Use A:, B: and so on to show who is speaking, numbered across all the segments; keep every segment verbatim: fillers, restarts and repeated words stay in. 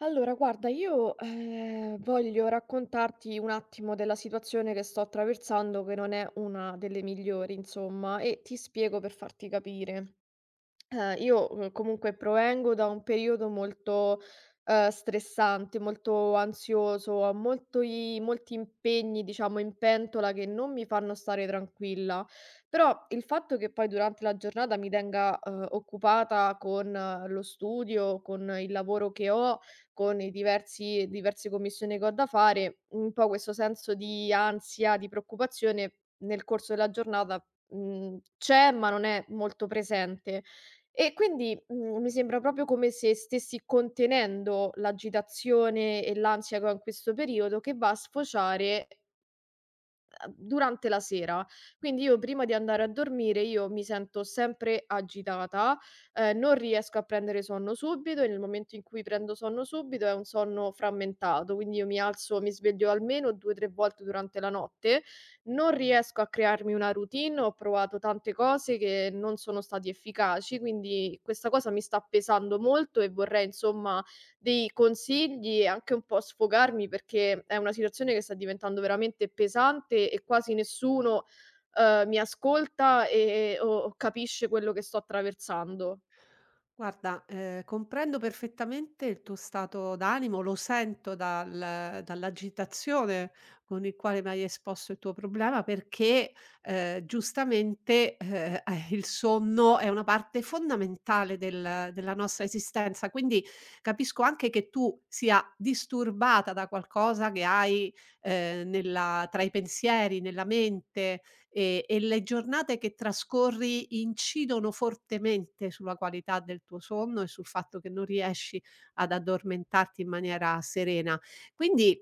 A: Allora guarda io, ehm, voglio raccontarti un attimo della situazione che sto attraversando che non è una delle migliori insomma e ti spiego per farti capire. Ehm, io, uhm, comunque provengo da un periodo molto, ehm, stressante, molto ansioso, ho molti molti impegni, diciamo, in pentola che non mi fanno stare tranquilla. Però il fatto che poi durante la giornata mi tenga, uhm, occupata con eh, lo studio, con il lavoro che ho, con i diversi diverse commissioni che ho da fare, un po' questo senso di ansia, di preoccupazione nel corso della giornata, mhmm, c'è, ma non è molto presente. E quindi, mhmm, mi sembra proprio come se stessi contenendo l'agitazione e l'ansia che ho in questo periodo che va a sfociare ehm, durante la sera. Quindi io prima di andare a dormire io mi sento sempre agitata, ehm, non riesco a prendere sonno subito e nel momento in cui prendo sonno subito è un sonno frammentato, quindi io mi alzo mi sveglio almeno due, tre volte durante la notte, non riesco a crearmi una routine, ho provato tante cose che non sono stati efficaci, quindi questa cosa mi sta pesando molto e vorrei insomma dei consigli e anche un po' sfogarmi, perché è una situazione che sta diventando veramente pesante e quasi nessuno, uhm, mi ascolta, ehm, o o capisce quello che sto attraversando.
B: Guarda, ehm, comprendo perfettamente il tuo stato d'animo, lo sento dal dall'agitazione con il quale mi hai esposto il tuo problema perché, ehm, giustamente, ehm, eh, il sonno è una parte fondamentale del della nostra esistenza, quindi capisco anche che tu sia disturbata da qualcosa che hai, ehm, nella tra i pensieri, nella mente, e e le giornate che trascorri incidono fortemente sulla qualità del tuo sonno e sul fatto che non riesci ad addormentarti in maniera serena. Quindi,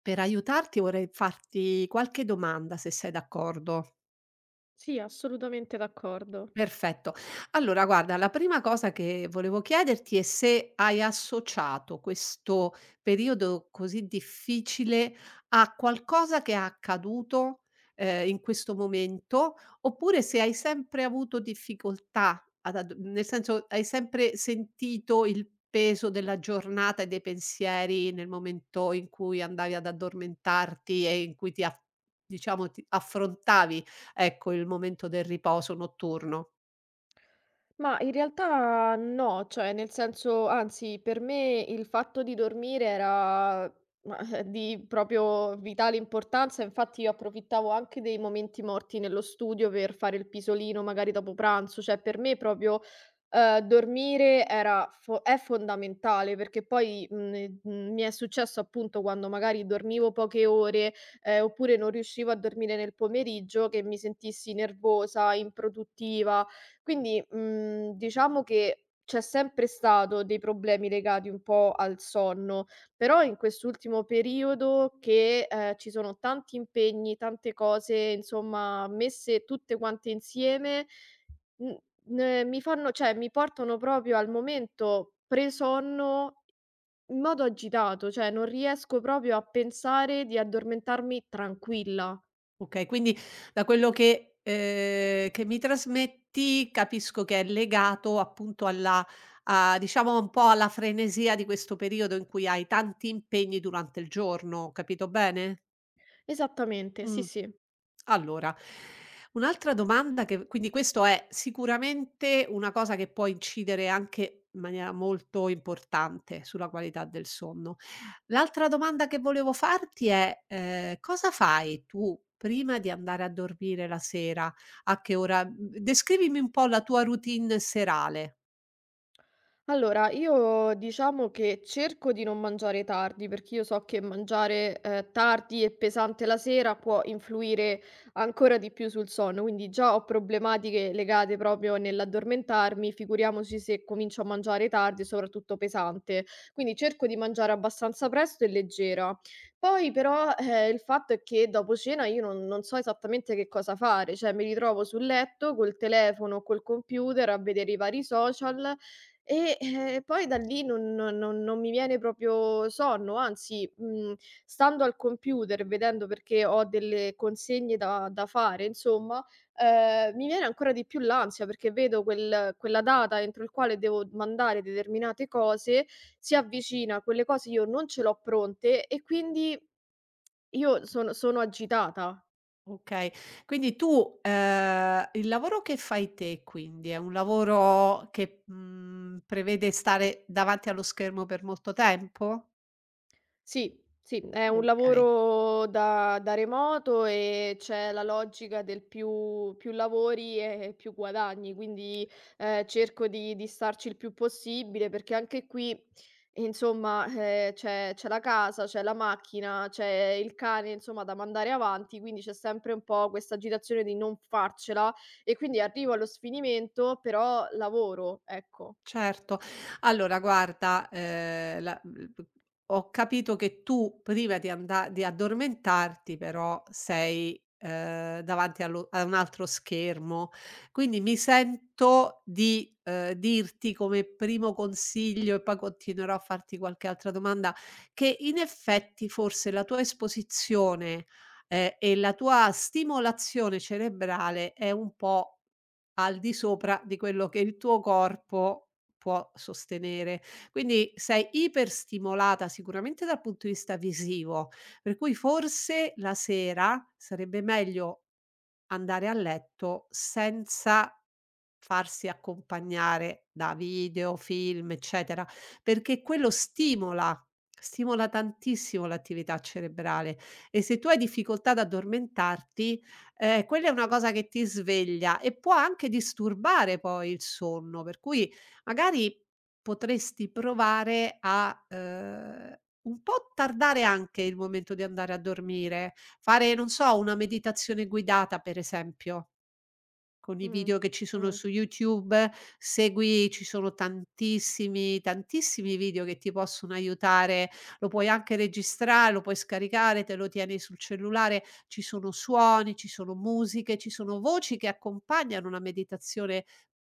B: per aiutarti vorrei farti qualche domanda, se sei d'accordo.
A: Sì, assolutamente d'accordo.
B: Perfetto. Allora guarda, la prima cosa che volevo chiederti è se hai associato questo periodo così difficile a qualcosa che è accaduto, ehm, in questo momento, oppure se hai sempre avuto difficoltà ad ad nel senso, hai sempre sentito il peso della giornata e dei pensieri nel momento in cui andavi ad addormentarti e in cui ti a diciamo ti affrontavi, ecco, il momento del riposo notturno?
A: Ma in realtà no, cioè nel senso anzi per me il fatto di dormire era ma, eh, di proprio vitale importanza, infatti io approfittavo anche dei momenti morti nello studio per fare il pisolino magari dopo pranzo, cioè per me proprio eh, dormire era fo- è fondamentale perché poi mh, eh, mh, mi è successo appunto quando magari dormivo poche ore eh, oppure non riuscivo a dormire nel pomeriggio che mi sentissi nervosa, improduttiva quindi, mhmm, diciamo che c'è sempre stato dei problemi legati un po' al sonno, però in quest'ultimo periodo che, ehm, ci sono tanti impegni, tante cose, insomma, messe tutte quante insieme, mhmm, n ne- mi fanno cioè mi portano proprio al momento pre-sonno in modo agitato, cioè non riesco proprio a pensare di addormentarmi tranquilla.
B: Okay, quindi da quello che ehm, che mi trasmetti capisco che è legato appunto alla a diciamo un po' alla frenesia di questo periodo in cui hai tanti impegni durante il giorno, ho capito bene?
A: Esattamente, sì,
B: Mh.
A: sì.
B: Allora, un'altra domanda che quindi questo è sicuramente una cosa che può incidere anche in maniera molto importante sulla qualità del sonno. L'altra domanda che volevo farti è, ehm, cosa fai tu prima di andare a dormire la sera? A che ora mhmm, descrivimi un po' la tua routine serale.
A: Allora, io diciamo che cerco di non mangiare tardi, perché io so che mangiare, ehm, tardi e pesante la sera può influire ancora di più sul sonno, quindi già ho problematiche legate proprio nell'addormentarmi, figuriamoci se comincio a mangiare tardi e soprattutto pesante. Quindi cerco di mangiare abbastanza presto e leggera. Poi però, eh, il fatto è che dopo cena io non non so esattamente che cosa fare, cioè mi ritrovo sul letto col telefono o col computer a vedere i vari social e, eh, poi da lì non non non non mi viene proprio sonno, anzi, mhmm, stando al computer e vedendo perché ho delle consegne da da fare insomma, ehm, mi viene ancora di più l'ansia perché vedo quel quella data entro il quale devo mandare determinate cose, si avvicina, quelle cose io non ce l'ho pronte e quindi io sono sono agitata.
B: Okay. Quindi tu, ehm, il lavoro che fai te quindi è un lavoro che, mhmm, prevede stare davanti allo schermo per molto tempo?
A: Sì, sì, è un
B: Okay.
A: lavoro da da remoto e c'è la logica del più più lavori e più guadagni, quindi, ehm, cerco di di starci il più possibile perché anche qui, insomma, ehm, c'è c'è la casa, c'è la macchina, c'è il cane, insomma, da mandare avanti, quindi c'è sempre un po' questa agitazione di non farcela e quindi arrivo allo sfinimento, però lavoro, ecco.
B: Certo. Allora guarda, ehm, la mhmm, p ho capito che tu prima di anda di addormentarti però sei, ehm, davanti allo a un altro schermo, quindi mi sento di, ehm, dirti come primo consiglio, e poi continuerò a farti qualche altra domanda, che in effetti forse la tua esposizione, ehm, e la tua stimolazione cerebrale è un po' al di sopra di quello che il tuo corpo può sostenere. Quindi sei iperstimolata sicuramente dal punto di vista visivo, per cui forse la sera sarebbe meglio andare a letto senza farsi accompagnare da video, film, eccetera, perché quello stimola stimola tantissimo l'attività cerebrale e se tu hai difficoltà ad addormentarti, ehm, quella è una cosa che ti sveglia e può anche disturbare poi il sonno, per cui magari potresti provare a, ehm, un po' tardare anche il momento di andare a dormire, fare, non so, una meditazione guidata per esempio. Con i
A: Mh.
B: video che ci sono
A: Mh.
B: su YouTube, segui ci sono tantissimi, tantissimi video che ti possono aiutare, lo puoi anche registrare, lo puoi scaricare, te lo tieni sul cellulare, ci sono suoni, ci sono musiche, ci sono voci che accompagnano la meditazione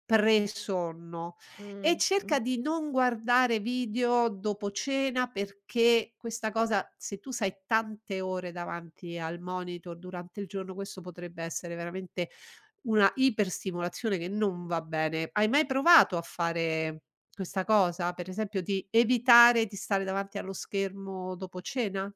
B: pre-sonno e
A: Mh. Mh.
B: cerca di non guardare video dopo cena perché questa cosa, se tu sai tante ore davanti al monitor durante il giorno, questo potrebbe essere veramente una iperstimolazione che non va bene. Hai mai provato a fare questa cosa? Per esempio di evitare di stare davanti allo schermo dopo cena?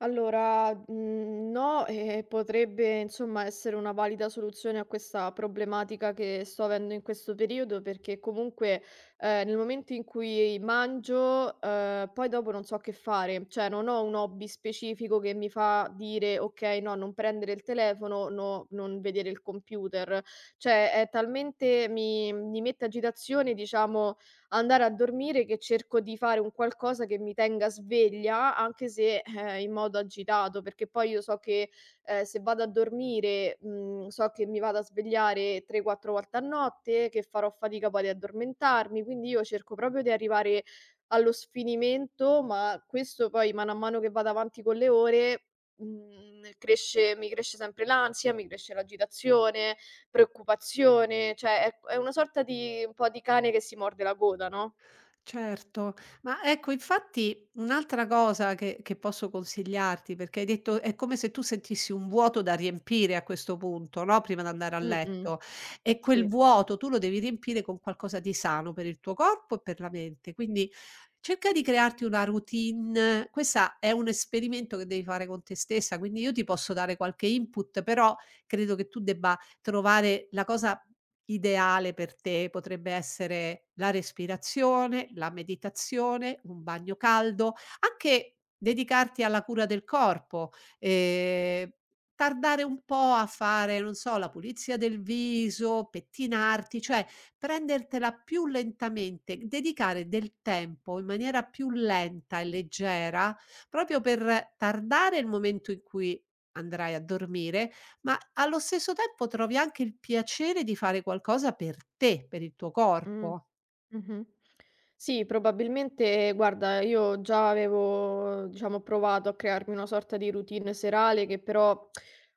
A: Allora, mhmm, no, e potrebbe insomma essere una valida soluzione a questa problematica che sto avendo in questo periodo, perché comunque, ehm, nel momento in cui mangio, ehm, poi dopo non so che fare. Cioè non ho un hobby specifico che mi fa dire: "Okay, no, non prendere il telefono, no, non vedere il computer." Cioè è talmente mi mi mette agitazione, diciamo, andare a dormire che cerco di fare un qualcosa che mi tenga sveglia, anche se, eh, in modo agitato, perché poi io so che, ehm, se vado a dormire, mhmm, so che mi vado a svegliare tre, quattro volte a notte, che farò fatica poi ad addormentarmi, quindi io cerco proprio di arrivare allo sfinimento, ma questo poi mano a mano che vado avanti con le ore, mhmm, cresce mi cresce sempre l'ansia, mi cresce l'agitazione, preoccupazione, cioè è è una sorta di un po' di cane che si morde la coda, no?
B: Certo, ma ecco infatti un'altra cosa che che posso consigliarti, perché hai detto è come se tu sentissi un vuoto da riempire a questo punto, no, prima di andare a
A: Mh-mh,
B: letto e
A: sì.
B: quel vuoto tu lo devi riempire con qualcosa di sano per il tuo corpo e per la mente. Quindi cerca di crearti una routine. Questa è un esperimento che devi fare con te stessa, quindi io ti posso dare qualche input, però credo che tu debba trovare la cosa ideale per te potrebbe essere la respirazione, la meditazione, un bagno caldo, anche dedicarti alla cura del corpo, ehm, tardare un po' a fare, non so, la pulizia del viso, pettinarti, cioè prendertela più lentamente, dedicare del tempo in maniera più lenta e leggera proprio per tardare il momento in cui andrai a dormire ma allo stesso tempo trovi anche il piacere di fare qualcosa per te, per il tuo
A: Mh.
B: corpo.
A: Mh-mh. Sì, probabilmente guarda, io già avevo, diciamo, provato a crearmi una sorta di routine serale che però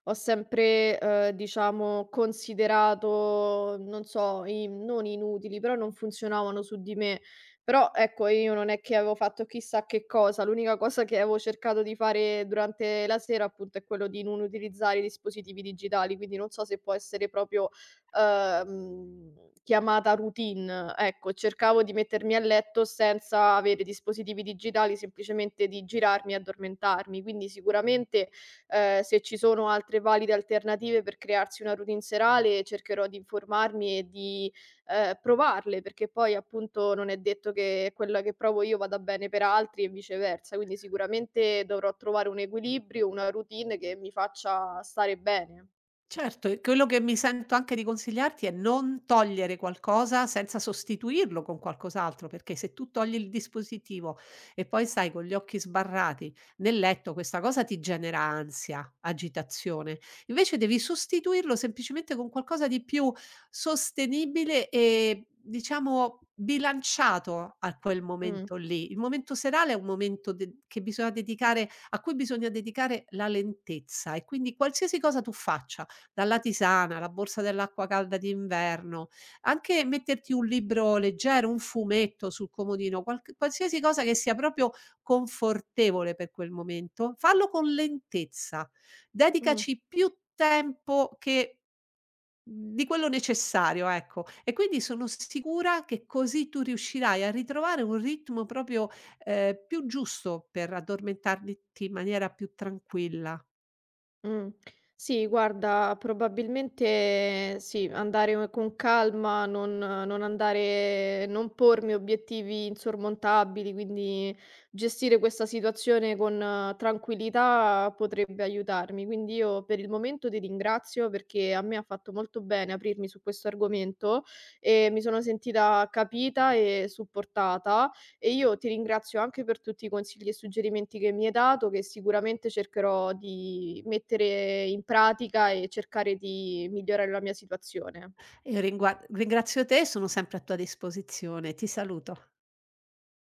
A: ho sempre, ehm, diciamo, considerato, non so, i non inutili, però non funzionavano su di me. Però ecco, io non è che avevo fatto chissà che cosa, l'unica cosa che avevo cercato di fare durante la sera appunto è quello di non utilizzare i dispositivi digitali, quindi non so se può essere proprio uhm, chiamata routine, ecco. Cercavo di mettermi a letto senza avere dispositivi digitali, semplicemente di girarmi e addormentarmi. Quindi sicuramente, ehm, se ci sono altre valide alternative per crearsi una routine serale, cercherò di informarmi e di, ehm, provarle, perché poi appunto non è detto che quella che provo io vada bene per altri e viceversa. Quindi sicuramente dovrò trovare un equilibrio, una routine che mi faccia stare bene.
B: Certo, e quello che mi sento anche di consigliarti è non togliere qualcosa senza sostituirlo con qualcos'altro, perché se tu togli il dispositivo e poi stai con gli occhi sbarrati nel letto, questa cosa ti genera ansia, agitazione. Invece devi sostituirlo semplicemente con qualcosa di più sostenibile e diciamo bilanciato a quel
A: Mh,
B: momento lì. Il momento serale è un momento de- che bisogna dedicare, a cui bisogna dedicare la lentezza e quindi qualsiasi cosa tu faccia dalla tisana, la borsa dell'acqua calda d'inverno, anche metterti un libro leggero, un fumetto sul comodino, qualc qualsiasi cosa che sia proprio confortevole per quel momento, fallo con lentezza.
A: mh.
B: Dedicaci più tempo che mhmm, di quello necessario, ecco. E quindi sono sicura che così tu riuscirai a ritrovare un ritmo proprio, ehm, più giusto per addormentarti in maniera più tranquilla.
A: Mh. Sì, guarda, probabilmente sì, andare con calma, non non andare non pormi obiettivi insormontabili, quindi gestire questa situazione con eh, tranquillità potrebbe aiutarmi. Quindi io per il momento ti ringrazio perché a me ha fatto molto bene aprirmi su questo argomento e mi sono sentita capita e supportata. E io ti ringrazio anche per tutti i consigli e suggerimenti che mi hai dato, che sicuramente cercherò di mettere in pratica e cercare di migliorare la mia situazione.
B: Io ringua ringrazio te, sono sempre a tua disposizione. Ti saluto.